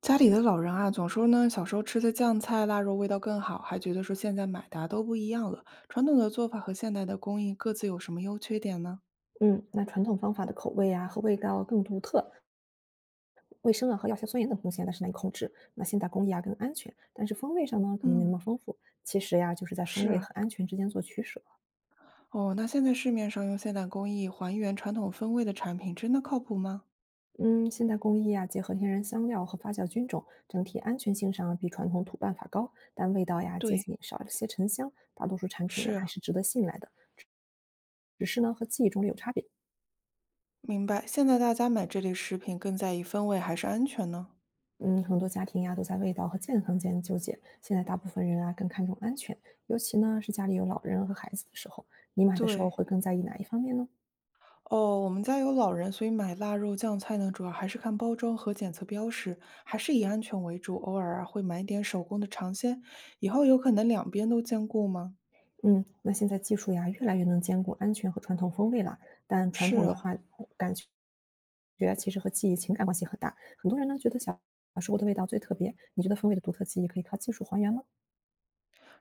家里的老人啊，总说呢，小时候吃的酱菜、腊肉味道更好，还觉得说现在买的啊都不一样了。传统的做法和现代的工艺各自有什么优缺点呢？嗯，那传统方法的口味啊和味道更独特，卫生啊和药效酸盐等风险但是难以控制。那现代工艺啊更安全，但是风味上呢可能没那嗯，么丰富。其实呀，就是在风是味啊。和安全之间做取舍。哦。那现在市面上用现代工艺还原传统风味的产品，真的靠谱吗？嗯，现代工艺啊结合天然香料和发酵菌种，整体安全性上比传统土办法高，但味道呀接对，近少了些沉香。大多数产品呀还是。是值得信赖的，只是呢和记忆中的有差别。明白。现在大家买这类食品更在意风味还是安全呢？嗯，很多家庭呀都在味道和健康间纠结。现在大部分人啊更看重安全，尤其呢是家里有老人和孩子的时候，你买的时候对，会更在意哪一方面呢？哦，我们家有老人，所以买腊肉酱菜呢，主要还是看包装和检测标识，还是以安全为主。偶尔啊，会买点手工的尝鲜。以后有可能两边都兼顾吗？嗯，那现在技术呀越来越能兼顾安全和传统风味了，但传是统的啊。话感觉其实和记忆情感关系很大。很多人呢觉得小时候的味道最特别，你觉得风味的独特记忆可以靠技术还原吗？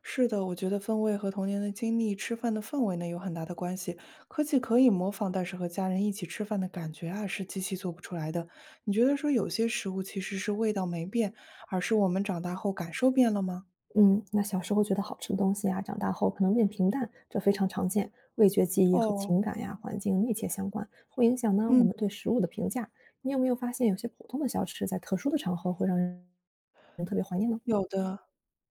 是的，我觉得氛围和童年的经历、吃饭的氛围呢有很大的关系。科技可以模仿，但是和家人一起吃饭的感觉啊，是机器做不出来的。你觉得说有些食物其实是味道没变，而是我们长大后感受变了吗？嗯，那小时候觉得好吃的东西啊，长大后可能变平淡，这非常常见。味觉记忆和哦，情感呀、环境密切相关，会影响呢我嗯。们对食物的评价。你有没有发现，有些普通的小吃在特殊的场合会让人特别怀念呢？有的，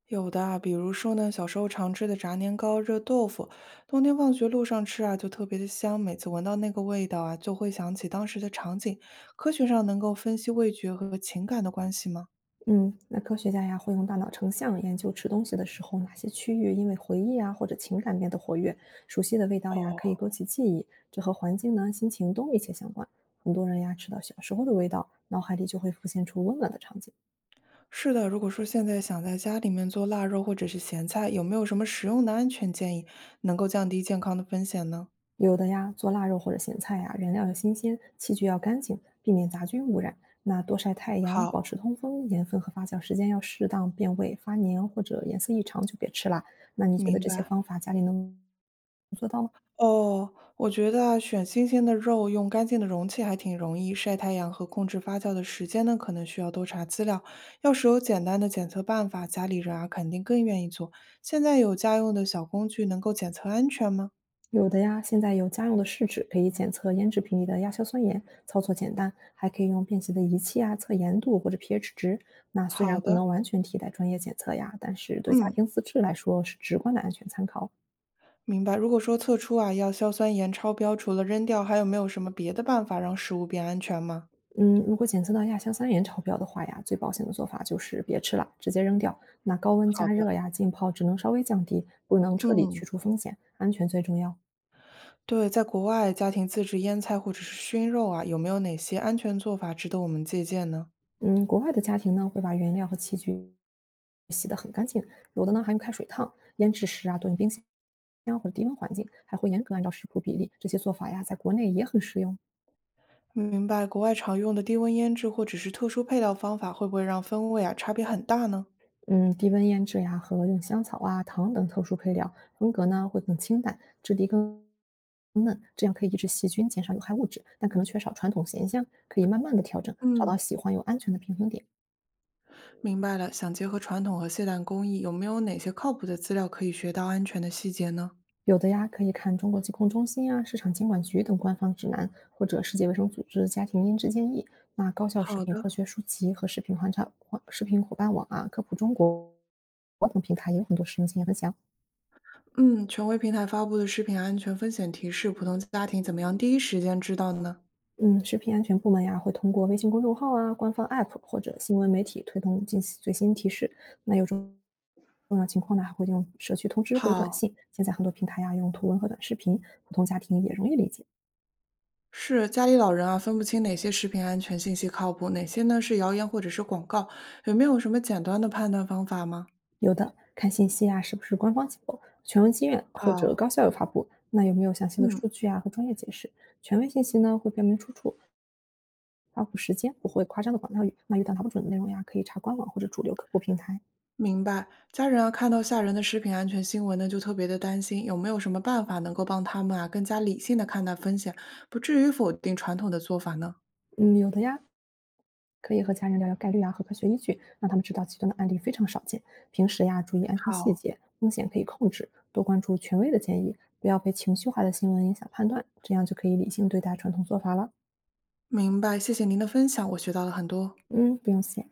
有的啊，比如说呢，小时候常吃的炸年糕、热豆腐，冬天放学路上吃啊，就特别的香。每次闻到那个味道啊，就会想起当时的场景。科学上能够分析味觉和情感的关系吗？嗯，那科学家呀会用大脑成像研究吃东西的时候，哪些区域因为回忆啊或者情感变得活跃，熟悉的味道呀哦，可以勾起记忆，这和环境呢、心情都密切相关。很多人呀吃到小时候的味道，脑海里就会浮现出温暖的场景。是的。如果说现在想在家里面做腊肉或者是咸菜，有没有什么实用的安全建议，能够降低健康的风险呢？有的呀，做腊肉或者咸菜呀，原料要新鲜，器具要干净，避免杂菌污染。那多晒太阳，好，保持通风，盐分和发酵时间要适当，变味、发黏或者颜色异常就别吃啦。那你觉得明这些白。方法家里能做到吗？哦，我觉得啊，选新鲜的肉，用干净的容器还挺容易。晒太阳和控制发酵的时间呢，可能需要多查资料。要是有简单的检测办法，家里人啊肯定更愿意做。现在有家用的小工具能够检测安全吗？有的呀，现在有家用的试纸，可以检测腌制品里的亚硝酸盐，操作简单，还可以用便携的仪器啊测盐度或者 pH 值。那虽好然不的，能完全替代专业检测呀，但是对家嗯，庭自制来说是直观的安全参考。明白。如果说测出啊要硝酸盐超标，除了扔掉，还有没有什么别的办法让食物变安全吗？嗯，如果检测到亚硝酸盐超标的话呀，最保险的做法就是别吃了，直接扔掉。那高温加好的，热呀，浸泡只能稍微降低，不能彻底去嗯，除风险，安全最重要。对，在国外家庭自制腌菜或者是熏肉啊，有没有哪些安全做法值得我们借鉴呢？嗯，国外的家庭呢，会把原料和器具洗得很干净，有的呢还用开水烫，腌制时啊，冻冰箱或者低温环境，还会严格按照食谱比例。这些做法呀，在国内也很实用。明白。国外常用的低温腌制或者是特殊配料方法，会不会让风味啊差别很大呢？嗯，低温腌制呀，和用香草啊、糖等特殊配料，风格呢会更清淡，质地更嫩，这样可以抑制细菌，减少有害物质，但可能缺少传统咸香，可以慢慢的调整，找到嗯，喜欢又安全的平衡点。明白了，想结合传统和现代工艺，有没有哪些靠谱的资料可以学到安全的细节呢？有的呀，可以看中国疾控中心啊、市场监管局等官方指南，或者世界卫生组织家庭腌制建议。那高校食好品的，科学书籍和食品环查、食品伙伴网啊、科普中国等平台也有很多实用经验分享。嗯，权威平台发布的食品安全风险提示，普通家庭怎么样第一时间知道呢？嗯，食品安全部门呀，会通过微信公众号啊、官方 App 或者新闻媒体推动进行最新提示。那有种重要情况呢，还会用社区通知或者短好，信。现在很多平台呀，用图文和短视频，普通家庭也容易理解。是家里老人啊，分不清哪些食品安全信息靠谱，哪些呢是谣言或者是广告，有没有什么简单的判断方法吗？有的看信息啊，是不是官方机构、权威机院或者好，高校有发布？那有没有详细的嗯。数据啊和专业解释？权威信息呢，会标明出处、发布时间，不会夸张的广告语。那遇到拿不准的内容呀，可以查官网或者主流客户平台。明白，家人啊，看到吓人的食品安全新闻呢，就特别的担心，有没有什么办法能够帮他们啊更加理性的看待风险，不至于否定传统的做法呢？嗯，有的呀，可以和家人聊聊概率啊和科学依据，让他们知道极端的案例非常少见。平时呀，注意安全细好，节，风险可以控制，多关注权威的建议，不要被情绪化的新闻影响判断，这样就可以理性对待传统做法了。明白，谢谢您的分享，我学到了很多。嗯，不用谢。